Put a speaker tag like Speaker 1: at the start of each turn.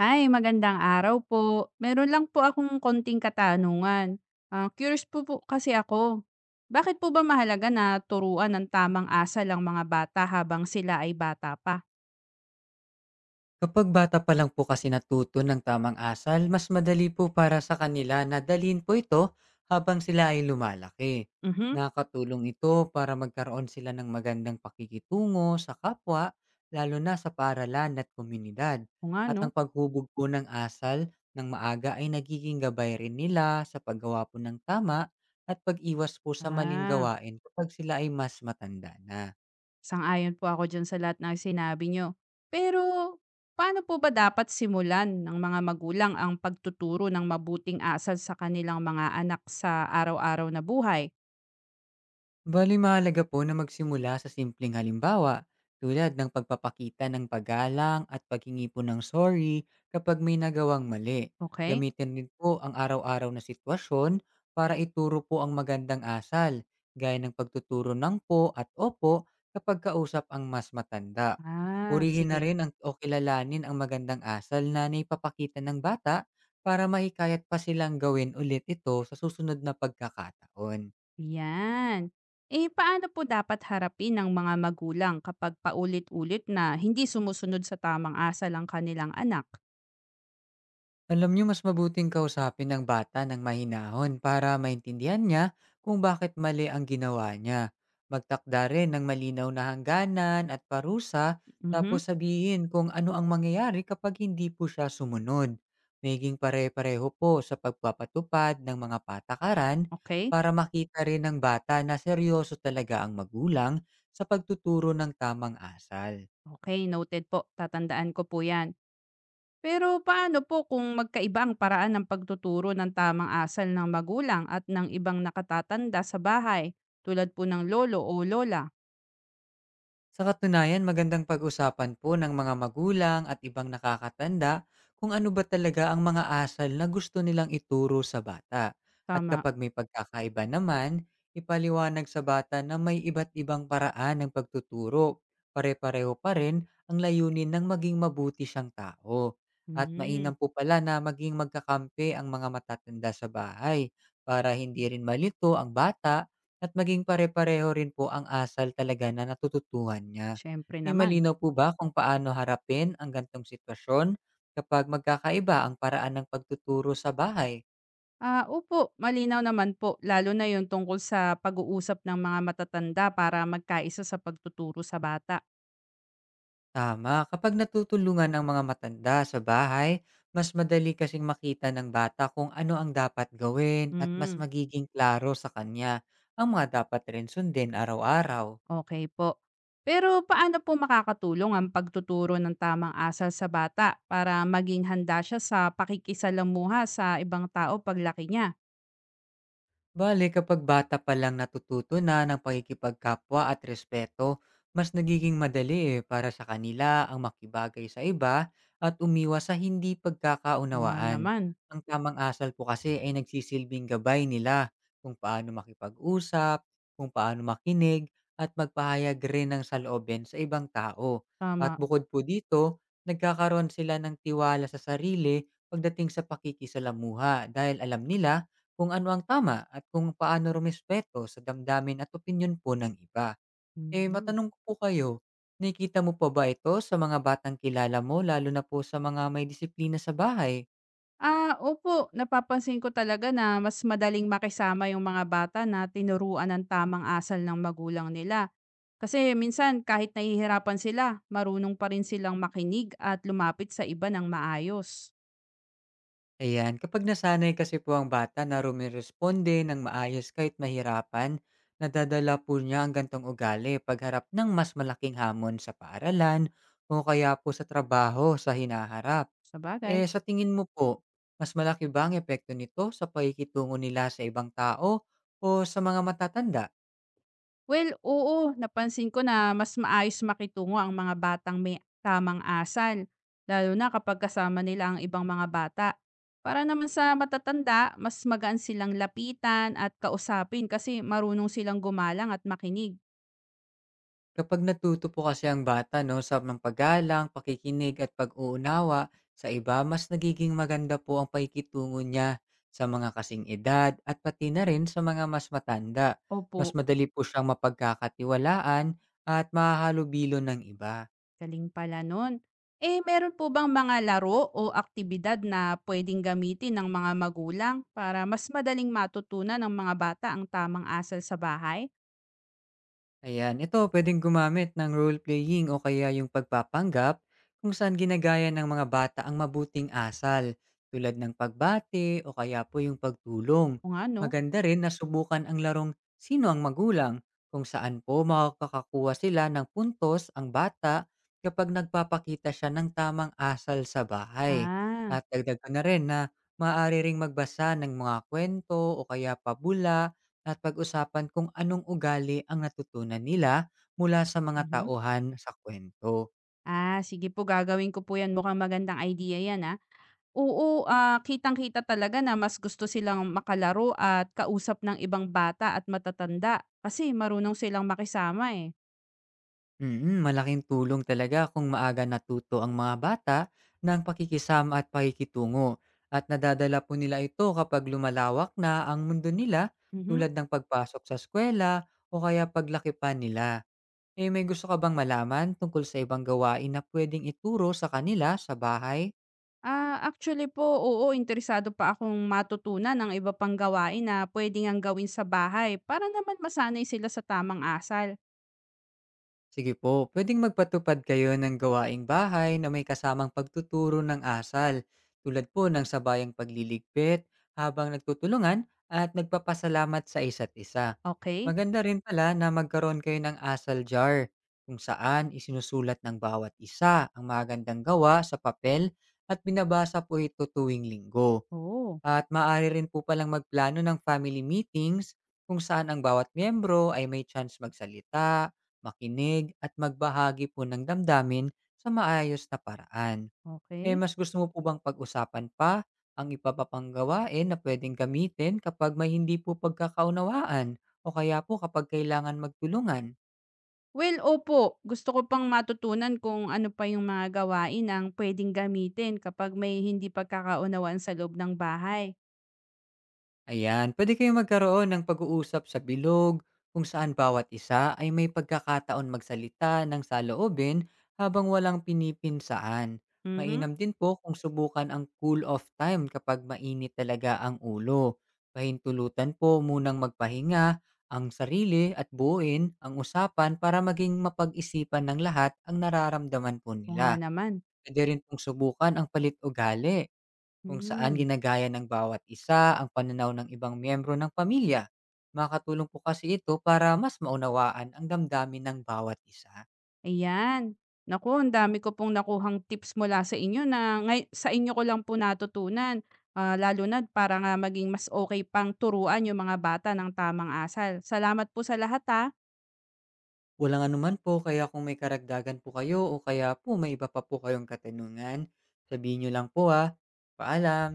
Speaker 1: Hi, magandang araw po. Meron lang po akong konting katanungan. Ah, curious po kasi ako. Bakit po ba mahalaga na turuan ng tamang asal ang mga bata habang sila ay bata pa?
Speaker 2: Kapag bata pa lang po kasi natuto ng tamang asal, mas madali po para sa kanila na dalhin po ito habang sila ay lumalaki.
Speaker 1: Mhm.
Speaker 2: Nakatulong ito para magkaroon sila ng magandang pakikitungo sa kapwa, lalo na sa paaralan at komunidad.
Speaker 1: O nga
Speaker 2: At
Speaker 1: no.
Speaker 2: ang paghubog po ng asal ng maaga ay nagiging gabay rin nila sa paggawa po ng tama at pag-iwas po sa maling
Speaker 1: Ah,
Speaker 2: gawain kapag sila ay mas matanda na.
Speaker 1: sang-ayon po ako dyan sa lahat ng sinabi nyo. Pero paano po ba dapat simulan ng mga magulang ang pagtuturo ng mabuting asal sa kanilang mga anak sa araw-araw na buhay?
Speaker 2: Bali, mahalaga po na magsimula sa simpleng halimbawa, tulad ng pagpapakita ng paggalang at paghingi po ng sorry kapag may nagawang mali.
Speaker 1: Okay?
Speaker 2: Gamitin din po ang araw-araw na sitwasyon para ituro po ang magandang asal, gaya ng pagtuturo ng po at opo kapag kausap ang mas matanda.
Speaker 1: Ah,
Speaker 2: Purihin na
Speaker 1: sige.
Speaker 2: rin ang, o kilalanin ang magandang asal na naipapakita ng bata para mahikayat pa silang gawin ulit ito sa susunod na pagkakataon.
Speaker 1: Yan. Eh, paano po dapat harapin ng mga magulang kapag paulit-ulit na hindi sumusunod sa tamang asal ang kanilang anak?
Speaker 2: Alam niyo, mas mabuting kausapin ng bata ng mahinahon para maintindihan niya kung bakit mali ang ginawa niya. Magtakda rin ng malinaw na hangganan at parusa, tapos
Speaker 1: Mhm.
Speaker 2: sabihin kung ano ang mangyayari kapag hindi po siya sumunod. Maging pare-pareho po sa pagpapatupad ng mga patakaran
Speaker 1: Okay.
Speaker 2: para makita rin ng bata na seryoso talaga ang magulang sa pagtuturo ng tamang asal.
Speaker 1: Okay, noted po. Tatandaan ko po yan. Pero paano po kung magkaiba ang paraan ng pagtuturo ng tamang asal ng magulang at ng ibang nakatatanda sa bahay tulad po ng lolo o lola?
Speaker 2: Sa katunayan, magandang pag-usapan po ng mga magulang at ibang nakakatanda kung ano ba talaga ang mga asal na gusto nilang ituro sa bata. At
Speaker 1: Tama.
Speaker 2: kapag may pagkakaiba naman, ipaliwanag sa bata na may iba't ibang paraan ng pagtuturo. Pare-pareho pa rin ang layunin ng maging mabuti siyang tao. At
Speaker 1: Hmm,
Speaker 2: mainam po pala na maging magkakampi ang mga matatanda sa bahay para hindi rin malito ang bata at maging pare-pareho rin po ang asal talaga na natututuhan niya.
Speaker 1: Syempre naman.
Speaker 2: Malinaw po ba kung paano harapin ang gantong sitwasyon kapag magkakaiba ang paraan ng pagtuturo sa bahay?
Speaker 1: Ah, opo, malinaw naman po lalo na 'yung tungkol sa pag-uusap ng mga matatanda para magkaisa sa pagtuturo sa bata.
Speaker 2: Tama, kapag natutulungan ang mga matanda sa bahay, mas madali kasing makita ng bata kung ano ang dapat gawin at mas
Speaker 1: Hmm,
Speaker 2: magiging klaro sa kanya ang mga dapat rin sundin araw-araw.
Speaker 1: Okey po. Pero paano po makakatulong ang pagtuturo ng tamang asal sa bata para maging handa siya sa pakikisalamuha sa ibang tao paglaki niya?
Speaker 2: Bale, kapag bata pa lang natututo na ng pakikipagkapwa at respeto, mas nagiging madali para sa kanila ang makibagay sa iba at umiwas sa hindi
Speaker 1: Oo nga
Speaker 2: pagkakaunawaan.
Speaker 1: naman,
Speaker 2: Ang tamang asal po kasi ay nagsisilbing gabay nila kung paano makipag-usap, kung paano makinig, at magpahayag rin ng saloobin sa ibang tao. At
Speaker 1: tama.
Speaker 2: bukod po dito, nagkakaroon sila ng tiwala sa sarili pagdating sa pakikisalamuha dahil alam nila kung ano ang tama at kung paano rumespeto sa damdamin at opinyon po ng iba. Eh,
Speaker 1: Mm.
Speaker 2: matanong ko po kayo, nakikita mo pa ba ito sa mga batang kilala mo, lalo na po sa mga may disiplina sa bahay?
Speaker 1: Ah, opo, napapansin ko talaga na mas madaling makisama 'yung mga bata na tinuruan ng tamang asal ng magulang nila. Kasi minsan kahit nahihirapan sila, marunong pa rin silang makinig at lumapit sa iba ng maayos.
Speaker 2: Ayan, kapag nasanay kasi po ang bata na rumiresponde ng maayos kahit mahirapan, nadadala po niya ang gantong ugali pagharap ng mas malaking hamon sa paaralan o kaya po sa trabaho sa hinaharap.
Speaker 1: Sa sabagay.
Speaker 2: Eh, sa tingin mo po, mas malaki ba ang epekto nito sa pakikitungo nila sa ibang tao o sa mga matatanda?
Speaker 1: Well, oo, napansin ko na mas maayos makitungo ang mga batang may tamang asal, lalo na kapag kasama nila ang ibang mga bata. Para naman sa matatanda, mas magaan silang lapitan at kausapin kasi marunong silang gumalang at makinig.
Speaker 2: Kapag natuto po kasi ang bata, no, sa mga paggalang, pakikinig at pag-uunawa sa iba, mas nagiging maganda po ang pakikitungo niya sa mga kasing edad at pati na rin sa mga mas matanda.
Speaker 1: Opo.
Speaker 2: Mas madali po siyang mapagkakatiwalaan at mahahalo ng iba.
Speaker 1: Galing pala nun. Eh, meron po bang mga laro o aktibidad na pwedeng gamitin ng mga magulang para mas madaling matutunan ng mga bata ang tamang asal sa bahay?
Speaker 2: Ayan, ito, pwedeng gumamit ng role-playing o kaya yung pagpapanggap kung saan ginagaya ng mga bata ang mabuting asal, tulad ng pagbati o kaya po yung pagtulong.
Speaker 1: O nga, no?
Speaker 2: Maganda rin na subukan ang larong sino ang magulang, kung saan po makakakuha sila ng puntos ang bata kapag nagpapakita siya ng tamang asal sa bahay.
Speaker 1: Ah,
Speaker 2: At dagdag ko na rin na maaari ring magbasa ng mga kwento o kaya pabula at pag-usapan kung anong ugali ang natutunan nila mula sa mga
Speaker 1: mhm.
Speaker 2: tauhan sa kuwento.
Speaker 1: Ah, sige po, gagawin ko po yan. Mukhang magandang idea yan, ah. Oo, kitang-kita talaga na mas gusto silang makalaro at kausap ng ibang bata at matatanda kasi marunong silang makisama eh.
Speaker 2: Mm, malaking tulong talaga kung maaga natuto ang mga bata ng pakikisama at pakikitungo, at nadadala po nila ito kapag lumalawak na ang mundo nila,
Speaker 1: Mhm.
Speaker 2: tulad ng pagpasok sa eskwela o kaya paglaki pa nila. Eh, may gusto ka bang malaman tungkol sa ibang gawain na pwedeng ituro sa kanila sa bahay?
Speaker 1: Ah, actually po, oo, interesado pa akong matutunan ng iba pang gawain na pwede ngang gawin sa bahay para naman masanay sila sa tamang asal.
Speaker 2: Sige po, pwedeng magpatupad kayo ng gawaing bahay na may kasamang pagtuturo ng asal, tulad po ng sabayang pagliligpit, habang nagtutulungan at nagpapasalamat sa isa't isa.
Speaker 1: Okay?
Speaker 2: Maganda rin pala na magkaroon kayo ng asal jar, kung saan isinusulat ng bawat isa ang magandang gawa sa papel at binabasa po ito tuwing linggo.
Speaker 1: Oo,
Speaker 2: At maaari rin po palang magplano ng family meetings kung saan ang bawat miyembro ay may chance magsalita, makinig at magbahagi po ng damdamin sa maayos na paraan. Eh,
Speaker 1: okay.
Speaker 2: mas gusto mo po bang pag-usapan pa ang ipapapanggawain na pwedeng gamitin kapag may hindi po pagkakaunawaan o kaya po kapag kailangan magtulungan?
Speaker 1: Well, opo, gusto ko pang matutunan kung ano pa yung mga gawain ang pwedeng gamitin kapag may hindi pagkakaunawaan sa loob ng bahay.
Speaker 2: Ayan, pwede kayong magkaroon ng pag-uusap sa bilog kung saan bawat isa ay may pagkakataon magsalita ng saloobin habang walang pinipinsaan.
Speaker 1: Mhm.
Speaker 2: Mainam din po kung subukan ang cool-off time kapag mainit talaga ang ulo. Pahintulutan po munang magpahinga ang sarili at buuin ang usapan para maging mapag-isipan ng lahat ang nararamdaman po
Speaker 1: O nga
Speaker 2: nila.
Speaker 1: naman.
Speaker 2: Pwede rin pong subukan ang palit ugali kung saan
Speaker 1: Mhm.
Speaker 2: ginagaya ng bawat isa ang pananaw ng ibang miyembro ng pamilya. Makatulong po kasi ito para mas maunawaan ang damdamin ng bawat isa.
Speaker 1: Ayan. Naku, ang dami ko pong nakuhang tips mula sa inyo na ngay sa inyo ko lang po natutunan, lalo na para nga maging mas okay pang turuan yung mga bata ng tamang asal. Salamat po sa lahat, ha.
Speaker 2: Walang anuman po, kaya kung may karagdagan po kayo o kaya po may iba pa po kayong katanungan, sabihin nyo lang po, ah. Paalam!